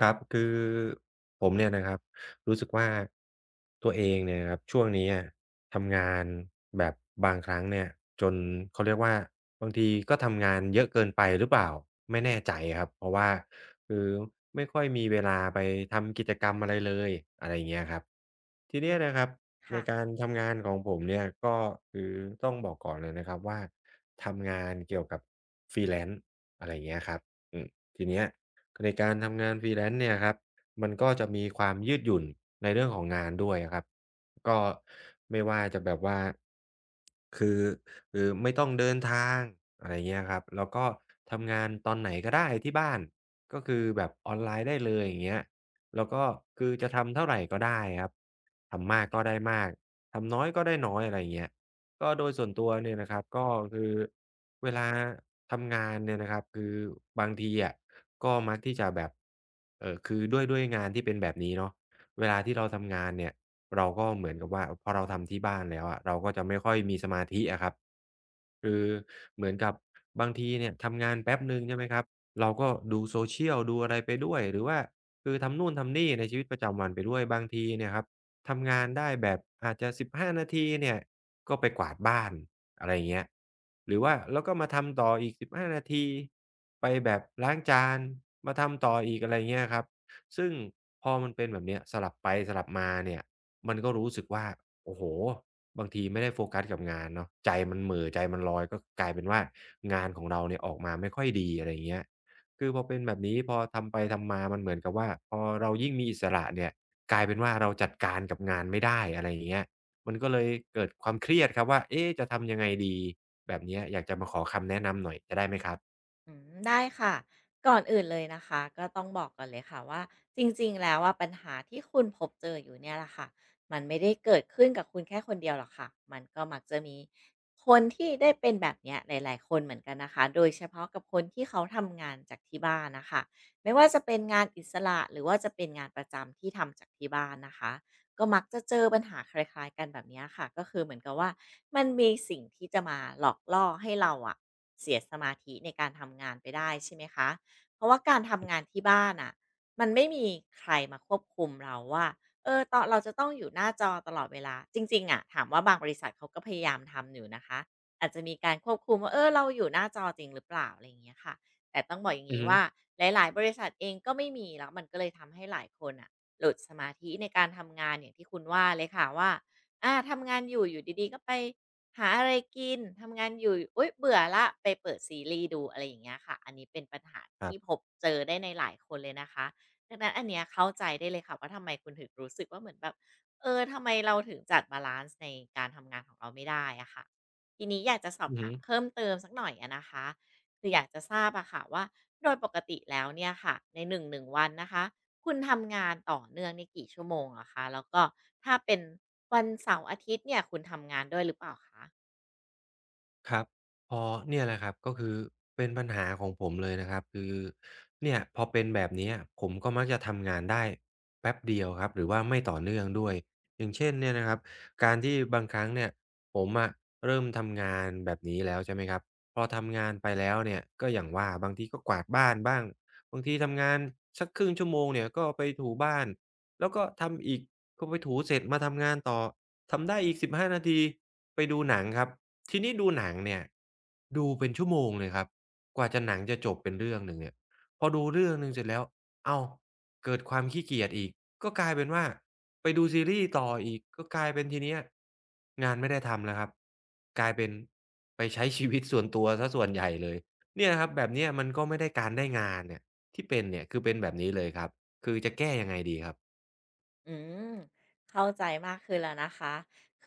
ครับคือผมเนี่ยนะครับรู้สึกว่าตัวเองเนี่ยนะครับช่วงนี้อะทำงานแบบบางครั้งเนี่ยจนเขาเรียกว่าบางทีก็ทำงานเยอะเกินไปหรือเปล่าไม่แน่ใจครับเพราะว่าคือไม่ค่อยมีเวลาไปทำกิจกรรมอะไรเลยอะไรอย่างเงี้ยครับทีอืเนี้ยมนะครับในค่ะการทำงานของผมเนี่ยก็คือต้องบอกก่อนเลยนะครับว่าทำงานเกี่ยวกับ Freelance อะไรอย่างเงี้ยครับอืมทีเนี้ย ในการทำงาน Freelance เนี่ยครับมันก็จะมีความยืดหยุ่นในเรื่องของงานด้วยอะครับก็ไม่ว่าจะแบบว่าคือคือไม่ต้องเดินทางอะไรเงี้ยครับแล้วก็ทำงานตอนไหนก็ได้ที่บ้านก็คือแบบออนไลน์ได้เลยอย่างเงี้ยแล้วก็คือจะทำเท่าไรก็ได้ครับทำมากก็ได้มากทำน้อยก็ได้น้อยอะไรเงี้ยก็โดยส่วนตัวเนี่ยนะครับก็คือเวลาทำงานเนี่ยนะครับคือบางทีอะ ก็มักที่จะแบบคือด้วยงานที่เป็นแบบนี้เนาะเวลาที่เราทำงานเนี่ยเราก็เหมือนกับว่าพอเราทำที่บ้านแล้วอะเราก็จะไม่ค่อยมีสมาธิอะครับคือเหมือนกับบางทีเนี่ยทำงานแป๊บหนึ่งใช่ไหมครับเราก็ดู social ดูอะไรไปด้วยหรือว่าคือทำนู่นทำนี่ในชีวิตประจำวันไปด้วยบางทีเนี่ยครับ ทำงานได้แบบอาจจะ15นาทีเนี่ยก็ไปกวาดบ้านอะไรอย่างเงี้ยหรือว่าแล้วก็มาทำต่ออีก15นาทีไปแบบล้างจานมาทำต่ออีกอะไรเงี้ยครับซึ่งพอมันเป็นแบบเนี้ยสลับไปสลับมาเนี่ยมันก็รู้สึกว่าโอ้โฮบางทีไม่ได้โฟกัสกับงานเนาะใจมันเหม่อใจมันลอยก็กลายเป็นว่างานของเราเนี่ยออกมาไม่ค่อยดีอะไรอย่างเงี้ยคือพอเป็นแบบนี้พอทำไปทำมามันเหมือนกับว่าพอเรายิ่งมีอิสระเนี่ย กลายเป็นว่าเราจัดการกับงานไม่ได้อะไรอย่างเงี้ยมันก็เลยเกิดความเครียดครับว่าเอ๊ะจะทำยังไงดีแบบเนี้ยอยากจะมาขอคำแนะนำหน่อยจะได้ไหมครับอืมได้ค่ะ ก่อนอื่นเลยนะคะก็ต้องบอกก่อนเลยค่ะว่าจริงๆแล้วว่าปัญหาที่คุณพบเจออยู่เนี่ยแหละค่ะมันไม่ได้เกิดขึ้นกับคุณแค่คนเดียวหรอกค่ะมันก็มักจะมีคนที่ได้เป็นแบบเนี้ยหลายๆคนเหมือนกันนะคะโดยเฉพาะกับคนที่เขาทำงานจากที่บ้านนะคะไม่ว่าจะเป็นงานอิสระหรือว่าจะเป็นงานประจำที่ทำจากที่บ้านนะคะ ก็มักจะเจอปัญหาคล้ายๆกันแบบเนี้ยค่ะก็คือเหมือนกับว่ามันมีสิ่งที่จะมาหลอกล่อให้เราอะเสียสมาธิในการทำงานไปได้ใช่ไหมคะเพราะว่าการทำงานที่บ้านอะมันไม่มีใครมาควบคุมเราว่าเออตอนเราจะต้องอยู่หน้าจอตลอดเวลาจริงๆอะถามว่าบางบริษัทเขาก็พยายามทำอยู่นะคะอาจจะมีการควบคุมว่าเออเราอยู่หน้าจอจริงหรือเปล่าอะไรอย่างเงี้ยค่ะแต่ต้องบอกอย่างอือนี้ฮึว่าหลายๆบริษัทเองก็ไม่มีแล้วมันก็เลยทำให้หลายคนอะ หลุดสมาธิในการทำงานอย่างที่คุณว่าเลยค่ะว่าอาทำงานอยู่อยู่ดีๆก็ไปหาอะไรกิน ทำงานอยู่อุ๊ยเบื่อละไปเปิดซีรีส์ดูอะไรอย่างเงี้ยค่ะอันนี้เป็นปัญหาครัที่พบบเจอได้ในหลายคนเลยนะคะดังนั้นอันเนี้ยเข้าใจได้เลยค่ะว่าทำไมคุณถึงรู้สึกว่าเหมือนแบบเออทำไมเราถึงจัดบาลานซ์ในการทำงานของเราไม่ได้อะค่ะทีนี้อยากจะสอบอือฮึ ถามเพิ่มเติมสักหน่อยอะนะคะคืออยากจะทราบอะค่ะว่าโดยปกติแล้วเนี่ยค่ะในหนึ่งวันนะคะ คุณทำงานต่อเนื่องในี่กี่ชั่วโมงเหรอคะแล้วก็ถ้าเป็นวันเสาร์อาทิตย์เนี่ยคุณทำงานด้วยหรือเปล่าคะ ครับพอเนี่ยแหละครับก็คือเป็นปัญหาของผมเลยนะครับคือเนี่ยพอเป็นแบบเนี้ยผมก็มักจะทำงานได้แป๊บเดียวครับหรือว่าไม่ต่อเนื่องด้วยอย่างเช่นเนี่ยนะครับการที่บางครั้งเนี่ยผมอะเริ่มทำงานแบบนี้แล้วใช่ไหมครับพอทำงานไปแล้วเนี่ยก็อย่างว่าบางทีก็กวาดบ้านบ้างบางทีทำงานสักครึ่งชั่วโมงเนี่ยก็ไปถูบ้านแล้วก็ทำอีกก็ไปถูเสร็จมาทำงานต่อ ทำได้อีก15นาทีไปดูหนังครับทีนี้ดูหนังเนี่ยดูเป็นชั่วโมงเลยครับกว่าจะหนังจะจบเป็นเรื่องหนึ่งเนี่ยพอดูเรื่องหนึ่งเสร็จแล้วอ้าวเกิดความขี้เกียจอีกก็กลายเป็นว่าไปดูซีรีส์ต่ออีกก็กลายเป็นทีเนี้ยงานไม่ได้ทำแล้วครับกลายเป็นไปใช้ชีวิตส่วนตัวเสียส่วนใหญ่เลยเนี่ยครับแบบเนี้ยมันก็ไม่ได้การได้งานเนี่ยที่เป็นเนี่ยคือเป็นแบบนี้เลยครับคือจะแก้ยังไงดีครับ อืมเข้าใจมากขึ้นแล้วนะคะ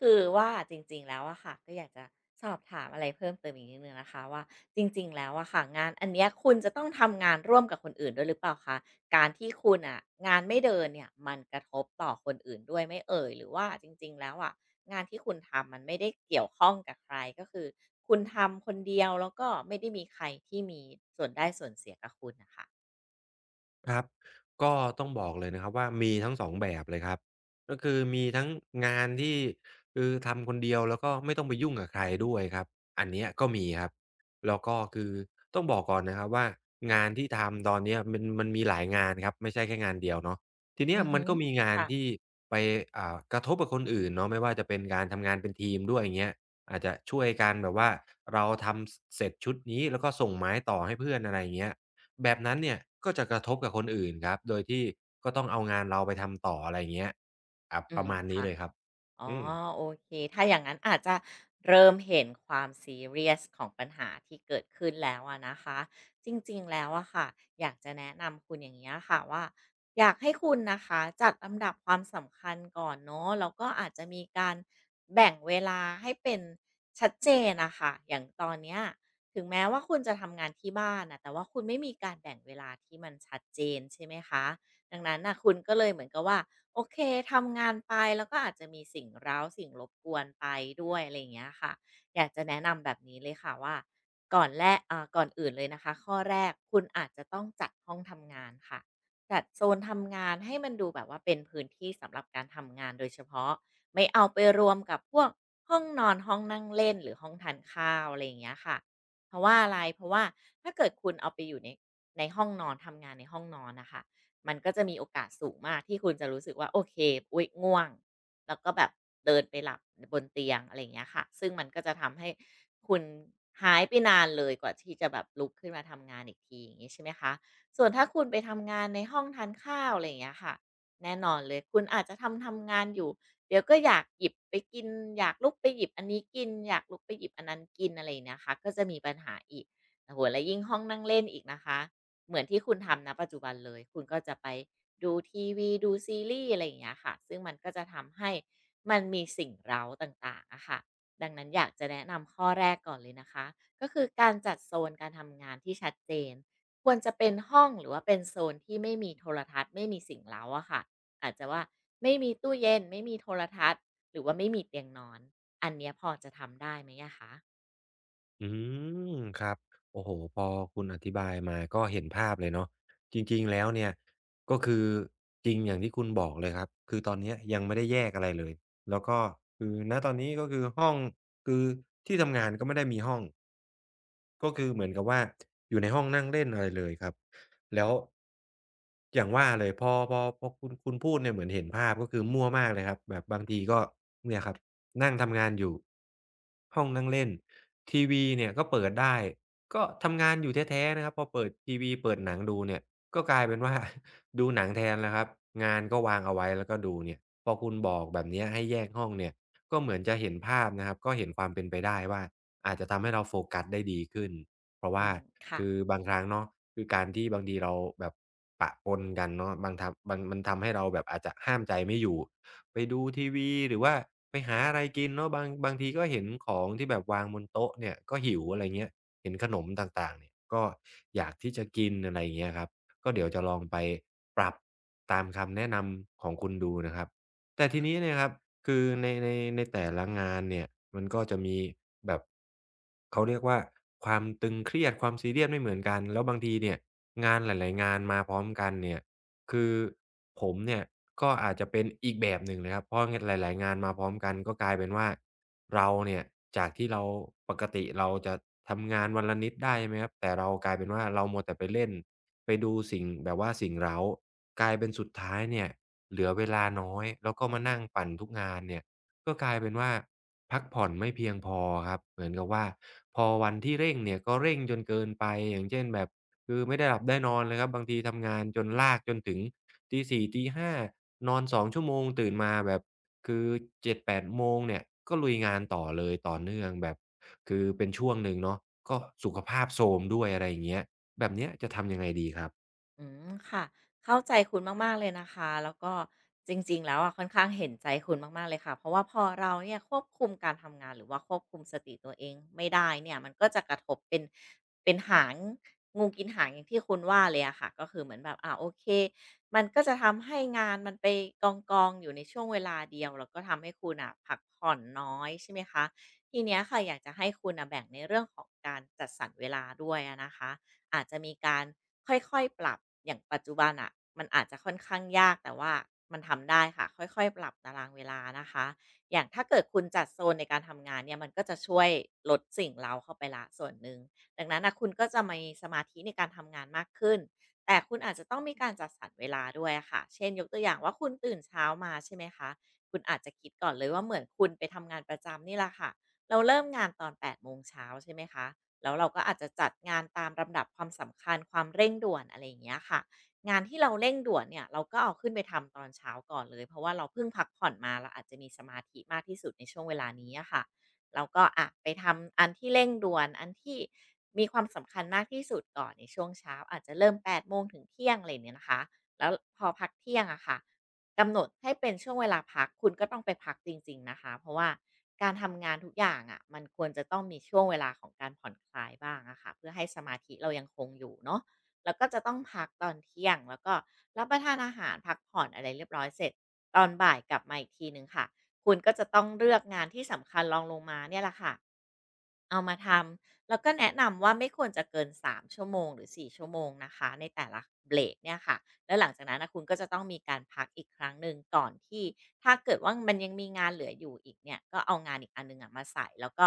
คือว่าจริงๆแล้วอะค่ะก็อยากจะสอบถามอะไรเพิ่มเติมอีกนิดนึงนะคะว่าจริงๆแล้วอะค่ะงานอันเนี้ยคุณจะต้องทำงานร่วมกับคนอื่นด้วยหรือเปล่าคะการที่คุณอะงานไม่เดินเนี่ยมันกระทบต่อคนอื่นด้วยไหมเอ่ยหรือว่าจริงๆแล้วอะงานที่คุณทำมันไม่ได้เกี่ยวข้องกับใครก็คือคุณทำคนเดียวแล้วก็ไม่ได้มีใครที่มีส่วนได้ส่วนเสียกับคุณนะคะครับก็ต้องบอกเลยนะครับว่ามีทั้งสองแบบเลยครับก็คือมีทั้งงานที่คือทำคนเดียวแล้วก็ไม่ต้องไปยุ่งกับใครด้วยครับอันเนี้ยก็มีครับแล้วก็คือต้องบอกก่อนนะครับว่างานที่ทำตอนเนี้ยมันมีหลายงานครับไม่ใช่แค่งานเดียวเนาะทีเนี้ยอือมัฮึนก็มีงานค่ะที่ไปอ่ากระทบกับคนอื่นเนาะไม่ว่าจะเป็นการทำงานเป็นทีมด้วยอย่างเงี้ยอาจจะช่วยกันแบบว่าเราทำสเสร็จชุดนี้แล้วก็ส่งไม้ต่อให้เพื่อนอะไรอย่างเงี้ย แบบนั้นเนี่ยก็จะกระทบกับคนอื่นครับโดยที่ก็ต้องเอางานเราไปทำต่ออะไรอย่างเงี้ยครอืประมมาณนี้ค่ะ เลยครับอ๋ออืมโอเคถ้าอย่างนั้นอาจจะเริ่มเห็นความซีเรียสของปัญหาที่เกิดขึ้นแล้วอะนะคะจริงๆแล้วอะค่ะอยากจะแนะนำคุณอย่างนี้ยค่ะว่าอยากให้คุณนะคะจัดลำดับความสำคัญก่อนเนาะแล้วก็อาจจะมีการแบ่งเวลาให้เป็นชัดเจนนะคะอย่างตอนเนี้ยถึงแม้ว่าคุณจะทำงานที่บ้านนะแต่ว่าคุณไม่มีการแบ่งเวลาที่มันชัดเจนใช่ไหมคะดังนั้นนะคุณก็เลยเหมือนกับว่า โอเคทำงานไปแล้วก็อาจจะมีสิ่งเร้าสิ่งรบกวนไปด้วยอะไรอย่างเงี้ยค่ะอยากจะแนะนำแบบนี้เลยค่ะว่าก่อนแรกก่อนอื่นเลยนะคะข้อแรกคุณอาจจะต้องจัดห้องทำงานค่ะจัดโซนทำงานให้มันดูแบบว่าเป็นพื้นที่สำหรับการทำงานโดยเฉพาะไม่เอาไปรวมกับพวกห้องนอนห้องนั่งเล่นหรือห้องทานข้าวอะไรอย่างเงี้ยค่ะเพราะว่าอะไรเพราะว่าถ้าเกิดคุณเอาไปอยู่ในห้องนอนทำงานในห้องนอนนะคะ มันก็จะมีโอกาสสูงมากที่คุณจะรู้สึกว่าโอเคอุ๊ยง่วงแล้วก็แบบเดินไปหลับบนเตียงอะไรอย่างเงี้ยค่ะซึ่งมันก็จะทำให้คุณหายไปนานเลยกว่าที่จะแบบลุกขึ้นมาทำงานอีกทีอย่างงี้ใช่ไหมคะส่วนถ้าคุณไปทำงานในห้องทานข้าวอะไรอย่างเงี้ยค่ะแน่นอนเลยคุณอาจจะทำงานอยู่เดี๋ยวก็อยากหยิบไปกินอยากลุกไปหยิบอันนี้กินอยากลุกไปหยิบอันนั้นกินอะไรอย่างเงี้ยค่ะก็จะมีปัญหาอีกโอ้โหและยิ่งห้องนั่งเล่นอีกนะคะ เหมือนที่คุณทำณปัจจุบันเลยคุณก็จะไปดูทีวีดูซีรีส์อะไรอย่างเงี้ยค่ะซึ่งมันก็จะทำให้มันมีสิ่งเร้าต่างๆอะค่ะดังนั้นอยากจะแนะนำข้อแรกก่อนเลยนะคะก็คือการจัดโซนการทำงานที่ชัดเจนควรจะเป็นห้องหรือว่าเป็นโซนที่ไม่มีโทรทัศน์ไม่มีสิ่งเร้าอะค่ะอาจจะว่าไม่มีตู้เย็นไม่มีโทรทัศน์หรือว่าไม่มีเตียงนอนอันเนี้ยพอจะทำได้ไหมอะคะอืมครับโอ้โฮพอคุณอธิบายมาก็เห็นภาพเลยเนาะจริงๆแล้วเนี่ยก็คือจริงอย่างที่คุณบอกเลยครับคือตอนเนี้ยยังไม่ได้แยกอะไรเลยแล้วก็คือณตอนนี้ก็คือห้องคือที่ทำงานก็ไม่ได้มีห้อง ก็คือเหมือนกับว่าอยู่ในห้องนั่งเล่นอะไรเลยครับแล้วอย่างว่าเลยพอคุณพูดเนี่ยเหมือนเห็นภาพก็คือมั่วมากเลยครับแบบบางทีก็เนี่ยครับนั่งทำงานอยู่ห้องนั่งเล่นทีวีเนี่ยก็เปิดได้ก็ทำงานอยู่แท้ๆนะครับพอเปิดทีวีเปิดหนังดูเนี่ยก็กลายเป็นว่า ดูหนังแทนแล้วครับงานก็วางเอาไว้แล้วก็ดูเนี่ยพอคุณบอกแบบเนี้ยให้แยกห้องเนี่ยก็เหมือนจะเห็นภาพนะครับก็เห็นความเป็นไปได้ว่า อาจจะทำให้เราโฟกัสได้ดีขึ้น เพราะอืว่ามค่ะ คือบางครั้งเนาะคือการที่บางทีเราแบบปะปนกันเนาะบางมันทำให้เราแบบอาจจะห้ามใจไม่อยู่ไปดูทีวีหรือว่าไปหาอะไรกินเนาะบางทีก็เห็นของที่แบบวางบนโต๊ะเนี่ยก็หิวอะไรเงี้ยเห็นขนมต่างๆเนี่ยก็อยากที่จะกินอะไรอย่างเงี้ยครับก็เดี๋ยวจะลองไปปรับตามคำแนะนำของคุณดูนะครับ แต่ทีนี้เนี่ยครับคือในแต่ละงานเนี่ยมันก็จะมีแบบเขาเรียกว่าความตึงเครียดความซีเรียสไม่เหมือนกันแล้วบางทีเนี่ยงานหลายๆงานมาพร้อมกันเนี่ยคือผมเนี่ยก็อาจจะเป็นอีกแบบหนึ่งเลยครับเพราะหลายๆงานมาพร้อมกันก็กลายเป็นว่าเราเนี่ยจากที่เราปกติเราจะทำงานวันละนิดได้ใช่ไหมครับแต่เรากลายเป็นว่าเรามัวแต่ไปเล่นไปดูสิ่งแบบว่าสิ่งเร้ากลายเป็นสุดท้ายเนี่ย เหลือเวลาน้อยแล้วก็มานั่งปั่นทุกงานเนี่ยก็กลายเป็นว่าพักผ่อนไม่เพียงพอครับเหมือนกับว่าพอวันที่เร่งเนี่ยก็เร่งจนเกินไปอย่างเช่นแบบคือไม่ได้หลับได้นอนเลยครับบางทีทำงานจนลากจนถึงตีส4่ตีห้านอน2ชั่วโมงตื่นมาแบบคือ7-8โมงเนี่ยก็ลุยงานต่อเลยต่อเนื่องแบบคือเป็นช่วงหนึ่งเนาะก็สุขภาพโทรมด้วยอะไรอย่างเงี้ยแบบเนี้ยจะทำยังไงดีครับ อืมค่ะเข้าใจคุณมากๆเลยนะคะแล้วก็จริงๆแล้วอะค่อนข้างเห็นใจคุณมากๆเลยค่ะเพราะว่าพอเราเนี่ยควบคุมการทำงานหรือว่าควบคุมสติตัวเองไม่ได้เนี่ยมันก็จะกระทบเป็นเป็นหางงูกินหางอย่างที่คุณว่าเลยอะค่ะก็คือเหมือนแบบโอเคมันก็จะทำให้งานมันไปกองกองอยู่ในช่วงเวลาเดียวแล้วก็ทำให้คุณอ่ะพักผ่อนน้อยใช่ไหมคะทีเนี้ยค่ะอยากจะให้คุณน่ะแบ่งในเรื่องของการจัดสรรเวลาด้วยอะนะคะ อาจจะมีการค่อยๆปรับอย่างปัจจุบันอ่ะมันอาจจะค่อนข้างยากแต่ว่ามันทำได้ค่ะค่อยๆปรับตารางเวลานะคะอย่างถ้าเกิดคุณจัดโซนในการทำงานเนี่ยมันก็จะช่วยลดสิ่งเราเข้าไปละส่วนหนึ่งดังนั้นนะคุณก็จะมีสมาธิในการทำงานมากขึ้นแต่คุณอาจจะต้องมีการจัดสรรเวลาด้วยอะค่ะเช่นยกตัวอย่างว่าคุณตื่นเช้ามาใช่ไหมคะคุณอาจจะคิดก่อนเลยว่าเหมือนคุณไปทำงานประจำนี่แหละค่ะเราเริ่มงานตอนแปดโมงเช้าใช่ไหมคะ แล้วเราก็อาจจะจัดงานตามลำดับความสำคัญความเร่งด่วนอะไรอย่างเงี้ยค่ะงานที่เราเร่งด่วนเนี่ยเราก็เอาขึ้นไปทำตอนเช้าก่อนเลยเพราะว่าเราเพิ่งพักผ่อนมาเราอาจจะมีสมาธิมากที่สุดในช่วงเวลานี้อะค่ะเราก็อะไปทำอันที่เร่งด่วนอันที่มีความสำคัญมากที่สุดก่อนในช่วงเช้าอาจจะเริ่มแปดโมงถึงเที่ยงอะไรเนี่ยนะคะแล้วพอพักเที่ยงอะค่ะ กำหนดให้เป็นช่วงเวลาพักคุณก็ต้องไปพักจริงๆนะคะเพราะว่าการทำงานทุกอย่างอะะมันควรจะต้องมีช่วงเวลาของการผ่อนคลายบ้างอะค่ะเพื่อให้สมาธิเรายังคงอยู่เนาะแล้วก็จะต้องพักตอนเที่ยงแล้วก็รับประทานอาหารพักผ่อนอะไรเรียบร้อยเสร็จตอนบ่ายกลับมาอีกทีหนึ่งค่ะคุณก็จะต้องเลือกงานที่สำคัญรองลงมาเนี่ยแหละค่ะ เอามาทำแล้วก็แนะนำว่าไม่ควรจะเกิน3ชั่วโมงหรือ4ชั่วโมงนะคะในแต่ละเบรกเนี่ยค่ะแล้วหลังจากนั้นนะคุณก็จะต้องมีการพักอีกครั้งหนึ่งก่อนที่ถ้าเกิดว่ามันยังมีงานเหลืออยู่อีกเนี่ยก็เอางานอีกอันหนึ่งอะมาใส่แล้วก็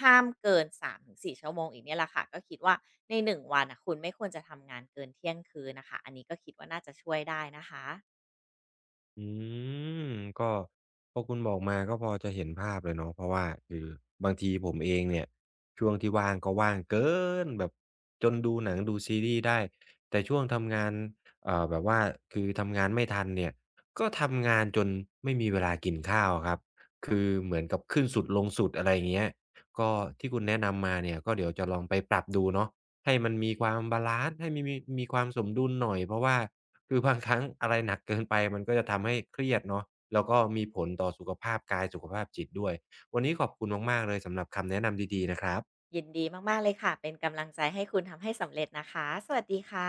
ห้ามเกิน3-4ชั่วโมงอีกเนี่ยแหละค่ะก็คิดว่าใน1วันนะคุณไม่ควรจะทำงานเกินเที่ยงคืนนะคะอันนี้ก็คิดว่าน่าจะช่วยได้นะคะอืมก็พอคุณบอกมาก็พอจะเห็นภาพเลยเนาะเพราะว่าคือบางทีผมเองเนี่ยช่วงที่ว่างก็ว่างเกินแบบจนดูหนังดูซีรีส์ได้แต่ช่วงทำงานแบบว่าคือทำงานไม่ทันเนี่ยก็ทำงานจนไม่มีเวลากินข้าวอะครับคือเหมือนกับขึ้นสุดลงสุดอะไรอย่างเงี้ยก็ที่คุณแนะนำมาเนี่ยก็เดี๋ยวจะลองไปปรับดูเนาะให้มันมีความบาลันซ์ให้มีความสมดุลหน่อยเพราะว่า คือบางครั้งอะไรหนักเกินไปมันก็จะทำให้เครียดเนาะแล้วก็มีผลต่อสุขภาพกายสุขภาพจิตด้วยวันนี้ขอบคุณมากๆเลยสำหรับคำแนะนำดีๆนะครับยินดีมากๆเลยค่ะเป็นกำลังใจให้คุณทำให้สำเร็จนะคะสวัสดีค่ะ